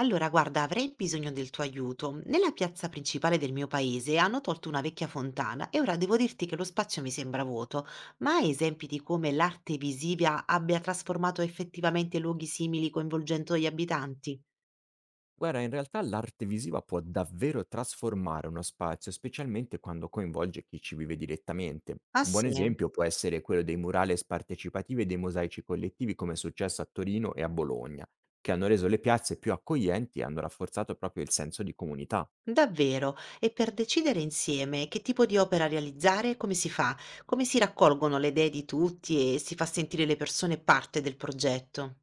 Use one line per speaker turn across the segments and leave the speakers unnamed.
Allora, guarda, avrei bisogno del tuo aiuto. Nella piazza principale del mio paese hanno tolto una vecchia fontana e ora devo dirti che lo spazio mi sembra vuoto, ma hai esempi di come l'arte visiva abbia trasformato effettivamente luoghi simili coinvolgendo gli abitanti?
Guarda, in realtà l'arte visiva può davvero trasformare uno spazio, specialmente quando coinvolge chi ci vive direttamente.
Ah
Un buon
sì?
esempio può essere quello dei murales partecipativi e dei mosaici collettivi, come è successo a Torino e a Bologna, che hanno reso le piazze più accoglienti e hanno rafforzato proprio il senso di comunità.
Davvero? E per decidere insieme che tipo di opera realizzare, come si fa? Come si raccolgono le idee di tutti e si fa sentire le persone parte del progetto?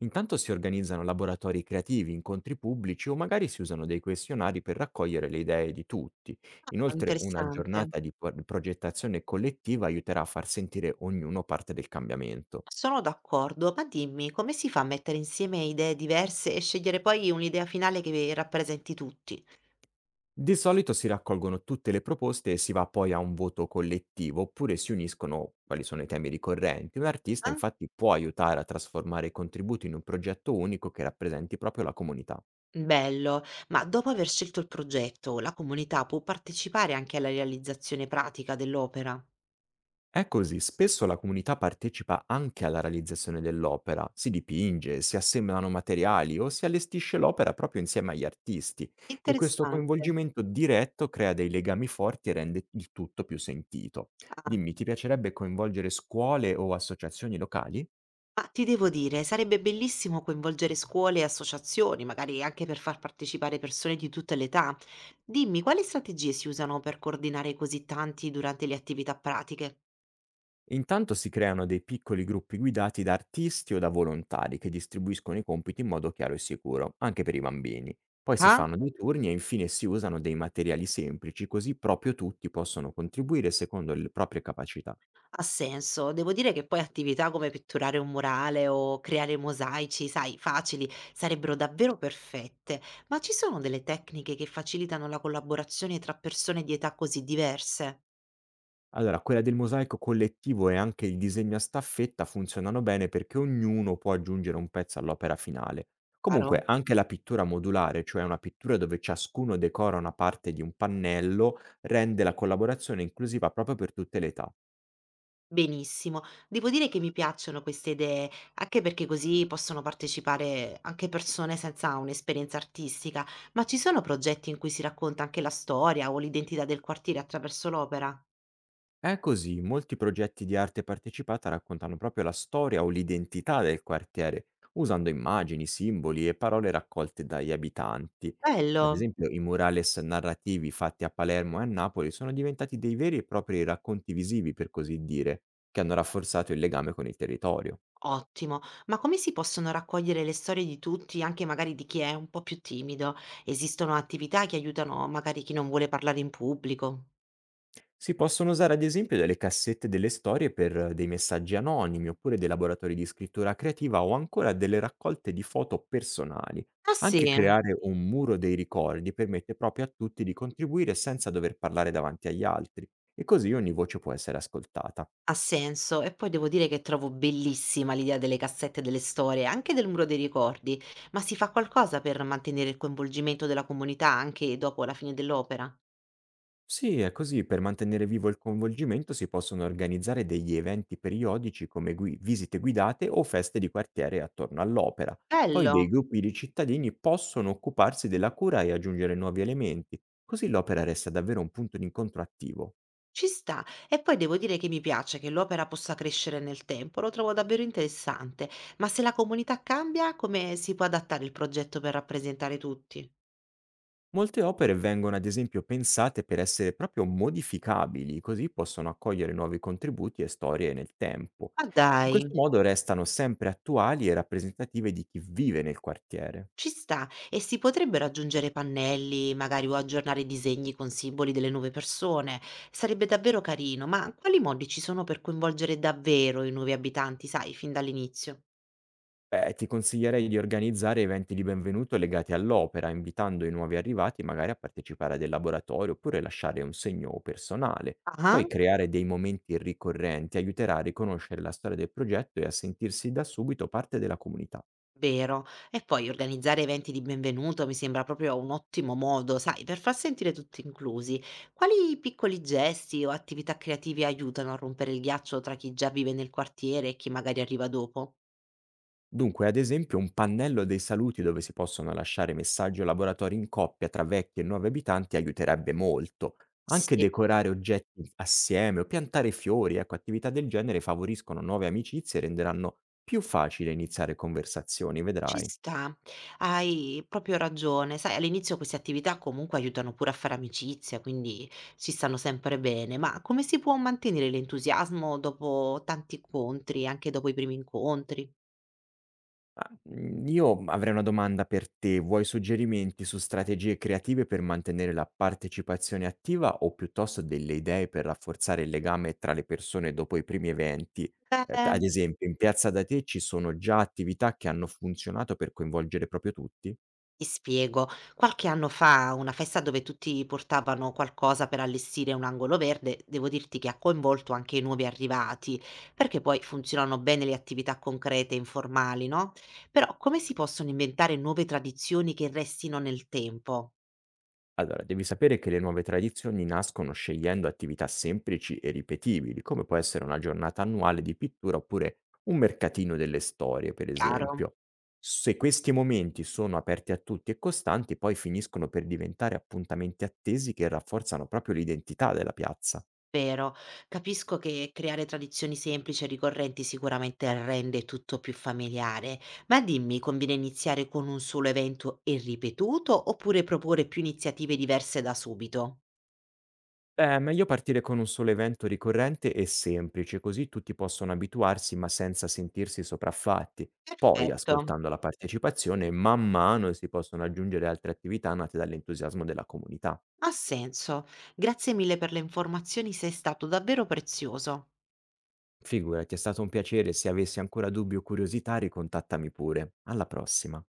Intanto si organizzano laboratori creativi, incontri pubblici o magari si usano dei questionari per raccogliere le idee di tutti.
Ah,
Inoltre, una
interessante.
giornata di progettazione collettiva aiuterà a far sentire ognuno parte del cambiamento.
Sono d'accordo, ma dimmi, come si fa a mettere insieme idee diverse e scegliere poi un'idea finale che rappresenti tutti?
Di solito si raccolgono tutte le proposte e si va poi a un voto collettivo, oppure si uniscono quali sono i temi ricorrenti. Un artista
Ah,
infatti può aiutare a trasformare i contributi in un progetto unico che rappresenti proprio la comunità.
bello, ma dopo aver scelto il progetto, la comunità può partecipare anche alla realizzazione pratica dell'opera?
È così, spesso la comunità partecipa anche alla realizzazione dell'opera, si dipinge, si assemblano materiali o si allestisce l'opera proprio insieme agli artisti e questo
Interessante.
coinvolgimento diretto crea dei legami forti e rende il tutto più sentito.
Ah,
Dimmi, ti piacerebbe coinvolgere scuole o associazioni locali?
ma ti devo dire, sarebbe bellissimo coinvolgere scuole e associazioni, magari anche per far partecipare persone di tutte le età. Dimmi, quali strategie si usano per coordinare così tanti durante le attività pratiche?
Intanto si creano dei piccoli gruppi guidati da artisti o da volontari che distribuiscono i compiti in modo chiaro e sicuro, anche per i bambini. Poi si fanno dei turni e infine si usano dei materiali semplici, così proprio tutti possono contribuire secondo le proprie capacità.
Ha senso. Devo dire che poi attività come pitturare un murale o creare mosaici, sai, facili, sarebbero davvero perfette. Ma ci sono delle tecniche che facilitano la collaborazione tra persone di età così diverse?
Allora, quella del mosaico collettivo e anche il disegno a staffetta funzionano bene perché ognuno può aggiungere un pezzo all'opera finale. Comunque,
Caro?
ok, anche la pittura modulare, cioè una pittura dove ciascuno decora una parte di un pannello, rende la collaborazione inclusiva proprio per tutte le età.
Benissimo. Devo dire che mi piacciono queste idee, anche perché così possono partecipare anche persone senza un'esperienza artistica. Ma ci sono progetti in cui si racconta anche la storia o l'identità del quartiere attraverso l'opera?
È così, molti progetti di arte partecipata raccontano proprio la storia o l'identità del quartiere, usando immagini, simboli e parole raccolte dagli abitanti. Ad
Bello.
esempio, i murales narrativi fatti a Palermo e a Napoli sono diventati dei veri e propri racconti visivi, per così dire, che hanno rafforzato il legame con il territorio.
Ottimo, ma come si possono raccogliere le storie di tutti, anche magari di chi è un po' più timido? Esistono attività che aiutano magari chi non vuole parlare in pubblico?
Si possono usare ad esempio delle cassette delle storie per dei messaggi anonimi, oppure dei laboratori di scrittura creativa o ancora delle raccolte di foto personali.
Ah sì,
Anche creare un muro dei ricordi permette proprio a tutti di contribuire senza dover parlare davanti agli altri e così ogni voce può essere ascoltata.
ha senso. E poi devo dire che trovo bellissima l'idea delle cassette delle storie, anche del muro dei ricordi, ma si fa qualcosa per mantenere il coinvolgimento della comunità anche dopo la fine dell'opera?
Sì, è così, per mantenere vivo il coinvolgimento si possono organizzare degli eventi periodici come visite guidate o feste di quartiere attorno all'opera. Poi
Bello!
dei gruppi di cittadini possono occuparsi della cura e aggiungere nuovi elementi, così l'opera resta davvero un punto di incontro attivo.
Ci sta. E poi devo dire che mi piace che l'opera possa crescere nel tempo, lo trovo davvero interessante. Ma se la comunità cambia, come si può adattare il progetto per rappresentare tutti?
Molte opere vengono ad esempio pensate per essere proprio modificabili, così possono accogliere nuovi contributi e storie nel tempo.
Ma
In
dai,
questo modo restano sempre attuali e rappresentative di chi vive nel quartiere.
ci sta. E si potrebbero aggiungere pannelli, magari o aggiornare i disegni con simboli delle nuove persone. Sarebbe davvero carino, ma quali modi ci sono per coinvolgere davvero i nuovi abitanti, sai, fin dall'inizio?
Beh, ti consiglierei di organizzare eventi di benvenuto legati all'opera, invitando i nuovi arrivati magari a partecipare a del laboratorio oppure lasciare un segno personale.
Ah?
Poi creare dei momenti ricorrenti aiuterà a riconoscere la storia del progetto e a sentirsi da subito parte della comunità.
Vero. E poi organizzare eventi di benvenuto mi sembra proprio un ottimo modo, sai, per far sentire tutti inclusi. Quali piccoli gesti o attività creative aiutano a rompere il ghiaccio tra chi già vive nel quartiere e chi magari arriva dopo?
Dunque, ad esempio, un pannello dei saluti dove si possono lasciare messaggi o laboratori in coppia tra vecchi e nuovi abitanti aiuterebbe molto. Anche
Sì,
decorare oggetti assieme o piantare fiori, ecco, attività del genere favoriscono nuove amicizie e renderanno più facile iniziare conversazioni,
ci
vedrai.
sta. Hai proprio ragione. Sai, all'inizio queste attività comunque aiutano pure a fare amicizia, quindi ci stanno sempre bene. Ma come si può mantenere l'entusiasmo dopo tanti incontri, anche dopo i primi incontri?
Mhmm, io avrei una domanda per te. Vuoi suggerimenti su strategie creative per mantenere la partecipazione attiva o piuttosto delle idee per rafforzare il legame tra le persone dopo i primi eventi? P
Beh,
Ad esempio in piazza da te ci sono già attività che hanno funzionato per coinvolgere proprio tutti?
ti spiego, qualche anno fa a una festa dove tutti portavano qualcosa per allestire un angolo verde, devo dirti che ha coinvolto anche i nuovi arrivati, perché poi funzionano bene le attività concrete e informali, no? Però come si possono inventare nuove tradizioni che restino nel tempo?
Allora, devi sapere che le nuove tradizioni nascono scegliendo attività semplici e ripetibili, come può essere una giornata annuale di pittura oppure un mercatino delle storie, per
Chiaro?
esempio. Se questi momenti sono aperti a tutti e costanti, poi finiscono per diventare appuntamenti attesi che rafforzano proprio l'identità della piazza.
Vero. Capisco che creare tradizioni semplici e ricorrenti sicuramente rende tutto più familiare, ma dimmi, conviene iniziare con un solo evento e ripetuto oppure proporre più iniziative diverse da subito?
È meglio partire con un solo evento ricorrente e semplice, così tutti possono abituarsi ma senza sentirsi sopraffatti. Poi,
Perfetto,
ascoltando la partecipazione, man mano si possono aggiungere altre attività nate dall'entusiasmo della comunità.
ha senso. Grazie mille per le informazioni, sei stato davvero prezioso.
Figurati, è stato un piacere, se avessi ancora dubbi o curiosità ricontattami pure. Alla prossima.